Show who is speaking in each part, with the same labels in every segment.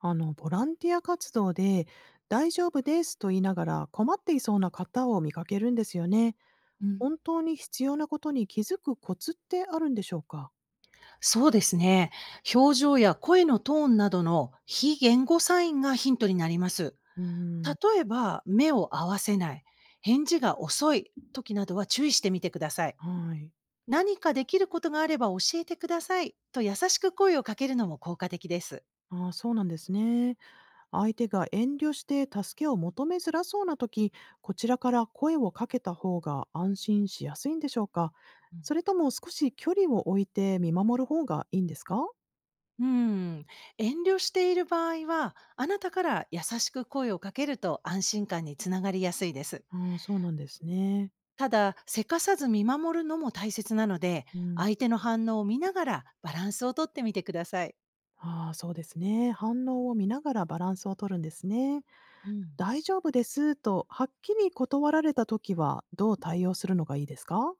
Speaker 1: ボランティア活動で、大丈夫ですと言いながら困っていそうな方を見かけるんですよね。
Speaker 2: うん、
Speaker 1: 本当に必要なことに気づくコツってあるんでしょうか？
Speaker 2: そうですね。表情や声のトーンなどの非言語サインがヒントになります。
Speaker 1: うーん、
Speaker 2: 例えば、目を合わせない、返事が遅い時などは注意してみてください。
Speaker 1: はい。
Speaker 2: 何かできることがあれば教えてくださいと優しく声をかけるのも効果的です。
Speaker 1: ああ、そうなんですね。相手が遠慮して助けを求めづらそうな時、こちらから声をかけた方が安心しやすいんでしょうか？それとも少し距離を置いて見守る方がいいんですか？
Speaker 2: うん、遠慮している場合は、あなたから優しく声をかけると安心感につながりやすいです。
Speaker 1: ああ、そうなんですね。
Speaker 2: ただ、せかさず見守るのも大切なので、
Speaker 1: うん。
Speaker 2: 相手の反応を見ながらバランスをとってみてください。
Speaker 1: ああ、そうですね。反応を見ながらバランスを取るんですね。
Speaker 2: うん、
Speaker 1: 大丈夫ですと、はっきり断られたときは、どう対応するのがいいですか？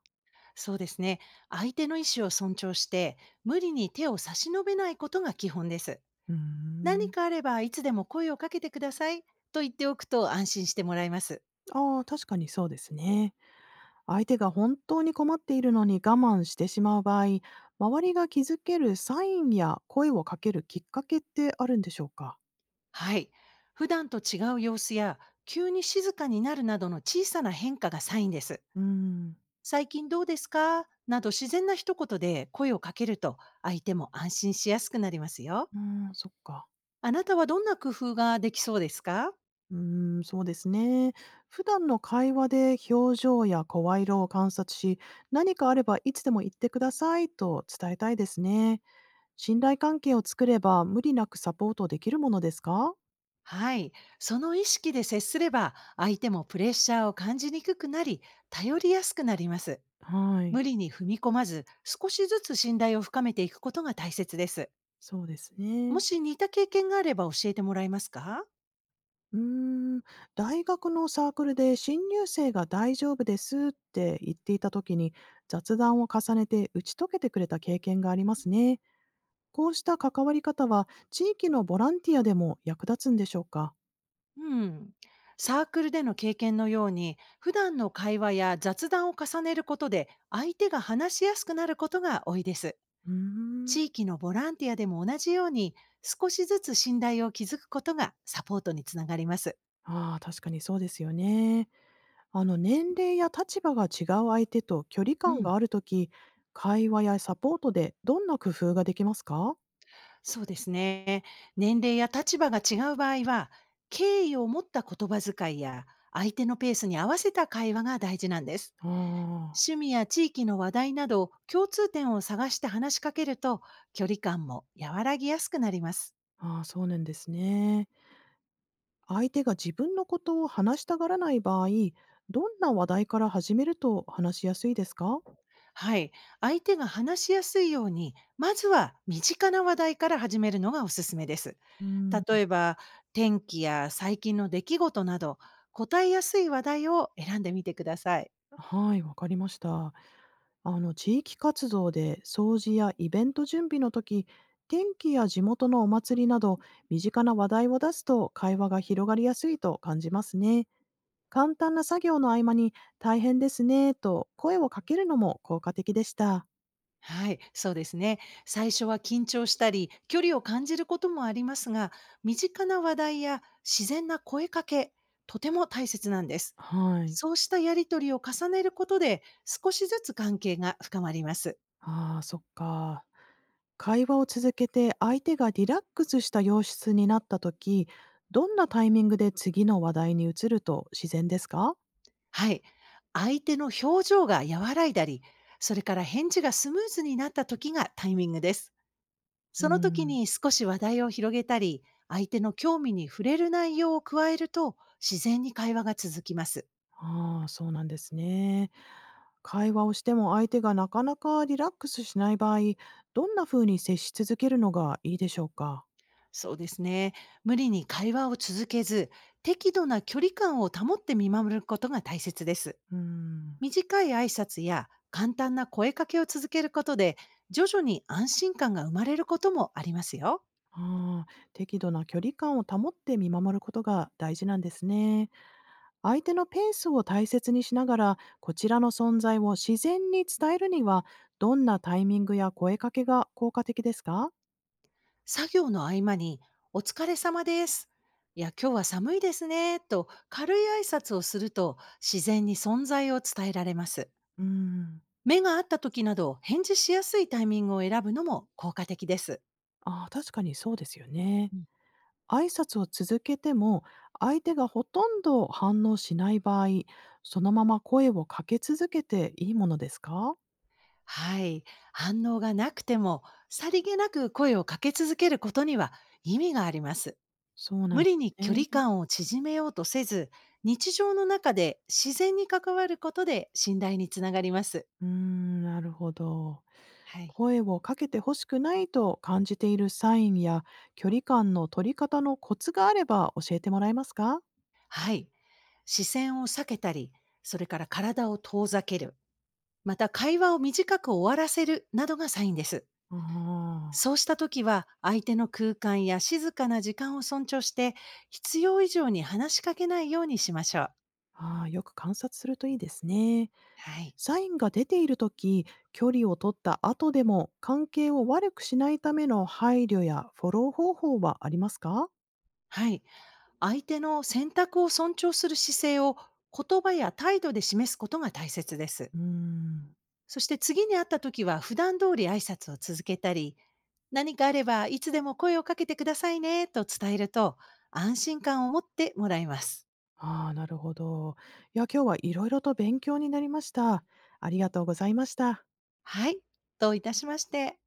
Speaker 2: そうですね。相手の意思を尊重して、無理に手を差し伸べないことが基本です。
Speaker 1: うー
Speaker 2: 何
Speaker 1: ん。
Speaker 2: かあればいつでも声をかけてくださいと言っておくと安心してもらえます。
Speaker 1: ああ、確かにそうですね。相手が本当に困っているのに我慢してしまう場合、周りが気づけるサインや声をかけるきっかけってあるんでしょうか？
Speaker 2: はい。普段と違う様子や、急に静かになるなどの小さな変化がサインです。
Speaker 1: うーん。
Speaker 2: 最近どうですか？など自然な一言で声をかけると、相手も安心しやすくなりますよ。
Speaker 1: うーん、そっか。
Speaker 2: あなたはどんな工夫ができそうですか？
Speaker 1: うーそうですね。普段の会話で表情や声色を観察し、何かあればいつでも言ってくださいと伝えたいですね。信頼関係を作れば無理なくサポートできるものですか？
Speaker 2: はい。その意識で接すれば、相手もプレッシャーを感じにくくなり、頼りやすくなります。
Speaker 1: はい、
Speaker 2: 無理に踏み込まず、少しずつ信頼を深めていくことが大切です。
Speaker 1: そうですね。
Speaker 2: もし似た経験があれば教えてもらえますか？
Speaker 1: うーん、大学のサークルで新入生が大丈夫ですって言っていた時に雑談を重ねて打ち解けてくれた経験がありますね。こうした関わり方は地域のボランティアでも役立つんでしょうか？
Speaker 2: うん。サークルでの経験のように、普段の会話や雑談を重ねることで、相手が話しやすくなることが多いです。
Speaker 1: うーん。
Speaker 2: 地域のボランティアでも同じように、少しずつ信頼を築くことがサポートにつながります。
Speaker 1: ああ、確かにそうですよね。あの、年齢や立場が違う相手と距離
Speaker 2: う
Speaker 1: 感
Speaker 2: ん。
Speaker 1: があるとき、会話やサポートでどんな工夫ができますか？
Speaker 2: そうですね。年齢や立場が違う場合は、敬意を持った言葉遣いや、相手のペースに合わせた会話が大事なんです。
Speaker 1: あ
Speaker 2: 趣味や地域の話題など共通点を探して話しかけると距離感も和らぎやすくなります。
Speaker 1: あ、ああ、そうなんですね。相手が自分のことを話したがらない場合、どんな話題から始めると話しやすいですか？
Speaker 2: はい。相手が話しやすいように、まずは身近な話題から始めるのがおすすめです。
Speaker 1: うん、
Speaker 2: 例えば、天気や最近の出来事など、答えやすい話題を選んでみてください。
Speaker 1: はい、わかりました。あの、地域活動で掃除やイベント準備の時、天気や地元のお祭りなど身近な話題を出すと会話が広がりやすいと感じますね。簡単な作業の合間に大変ですねと声をかけるのも効果的でした。
Speaker 2: はい、そうですね。最初は緊張したり、距離を感じることもありますが、身近な話題や自然な声かけ、とても大切なんです。
Speaker 1: はい。
Speaker 2: そうしたやりとりを重ねることで、少しずつ関係が深まります。
Speaker 1: ああ、そっか。会話を続けて相手がリラックスした様子になった時、どんなタイミングで次の話題に移ると自然ですか？
Speaker 2: はい。相手の表情が和らいだり、それから返事がスムーズになった時がタイミングです。
Speaker 1: う
Speaker 2: その時
Speaker 1: ん。
Speaker 2: に少し話題を広げたり、相手の興味に触れる内容を加えると、自然に会話が続きます。
Speaker 1: ああ、そうなんですね。会話をしても相手がなかなかリラックスしない場合、どんな風に接し続けるのがいいでしょうか？
Speaker 2: そうですね。無理に会話を続けず、適度な距離感を保って見守ることが大切です。
Speaker 1: うーん。
Speaker 2: 短い挨拶や簡単な声かけを続けることで、徐々に安心感が生まれることもありますよ。
Speaker 1: ああ、適度な距離感を保って見守ることが大事なんですね。相手のペースを大切にしながら、こちらの存在を自然に伝えるには、どんなタイミングや声かけが効果的ですか？
Speaker 2: 作業の合間に、お疲れ様です。いや、今日は寒いですね。と軽い挨拶をすると、自然に存在を伝えられます。
Speaker 1: うーん。
Speaker 2: 目が合った時など、返事しやすいタイミングを選ぶのも効果的です。
Speaker 1: ああ、確かにそうですよね。挨拶を続けても、相手がほとんど反応しない場合、そのまま声をかけ続けていいものですか？
Speaker 2: はい、反応がなくても、さりげなく声をかけ続けることには意味があります。
Speaker 1: そうな
Speaker 2: 無
Speaker 1: んで
Speaker 2: 理
Speaker 1: す
Speaker 2: に距離
Speaker 1: ね。
Speaker 2: 感を縮めようとせず、日常の中で自然に関わることで信頼につながります。
Speaker 1: うーん、なるほど。
Speaker 2: はい。
Speaker 1: 声をかけて欲しくないと感じているサインや、距離感の取り方のコツがあれば教えてもらえますか？
Speaker 2: はい。視線を避けたり、それから体を遠ざける、また会話を短く終わらせるなどがサインです。
Speaker 1: あ
Speaker 2: そうした時は相手の空間や静かな時間を尊重して必要以上に話しかけないようにしましょう。
Speaker 1: ああー、よく観察するといいですね。
Speaker 2: はい。
Speaker 1: サインが出ているとき、距離を取った後でも関係を悪くしないための配慮やフォロー方法はありますか？
Speaker 2: はい。相手の選択を尊重する姿勢を言葉や態度で示すことが大切です。
Speaker 1: うーん。
Speaker 2: そして次に会った時は普段通り挨拶を続けたり、何かあればいつでも声をかけてくださいねと伝えると安心感を持ってもらえます。
Speaker 1: ああ、なるほど。いや、今日はいろいろと勉強になりました。ありがとうございました。
Speaker 2: はい。どういたしまして。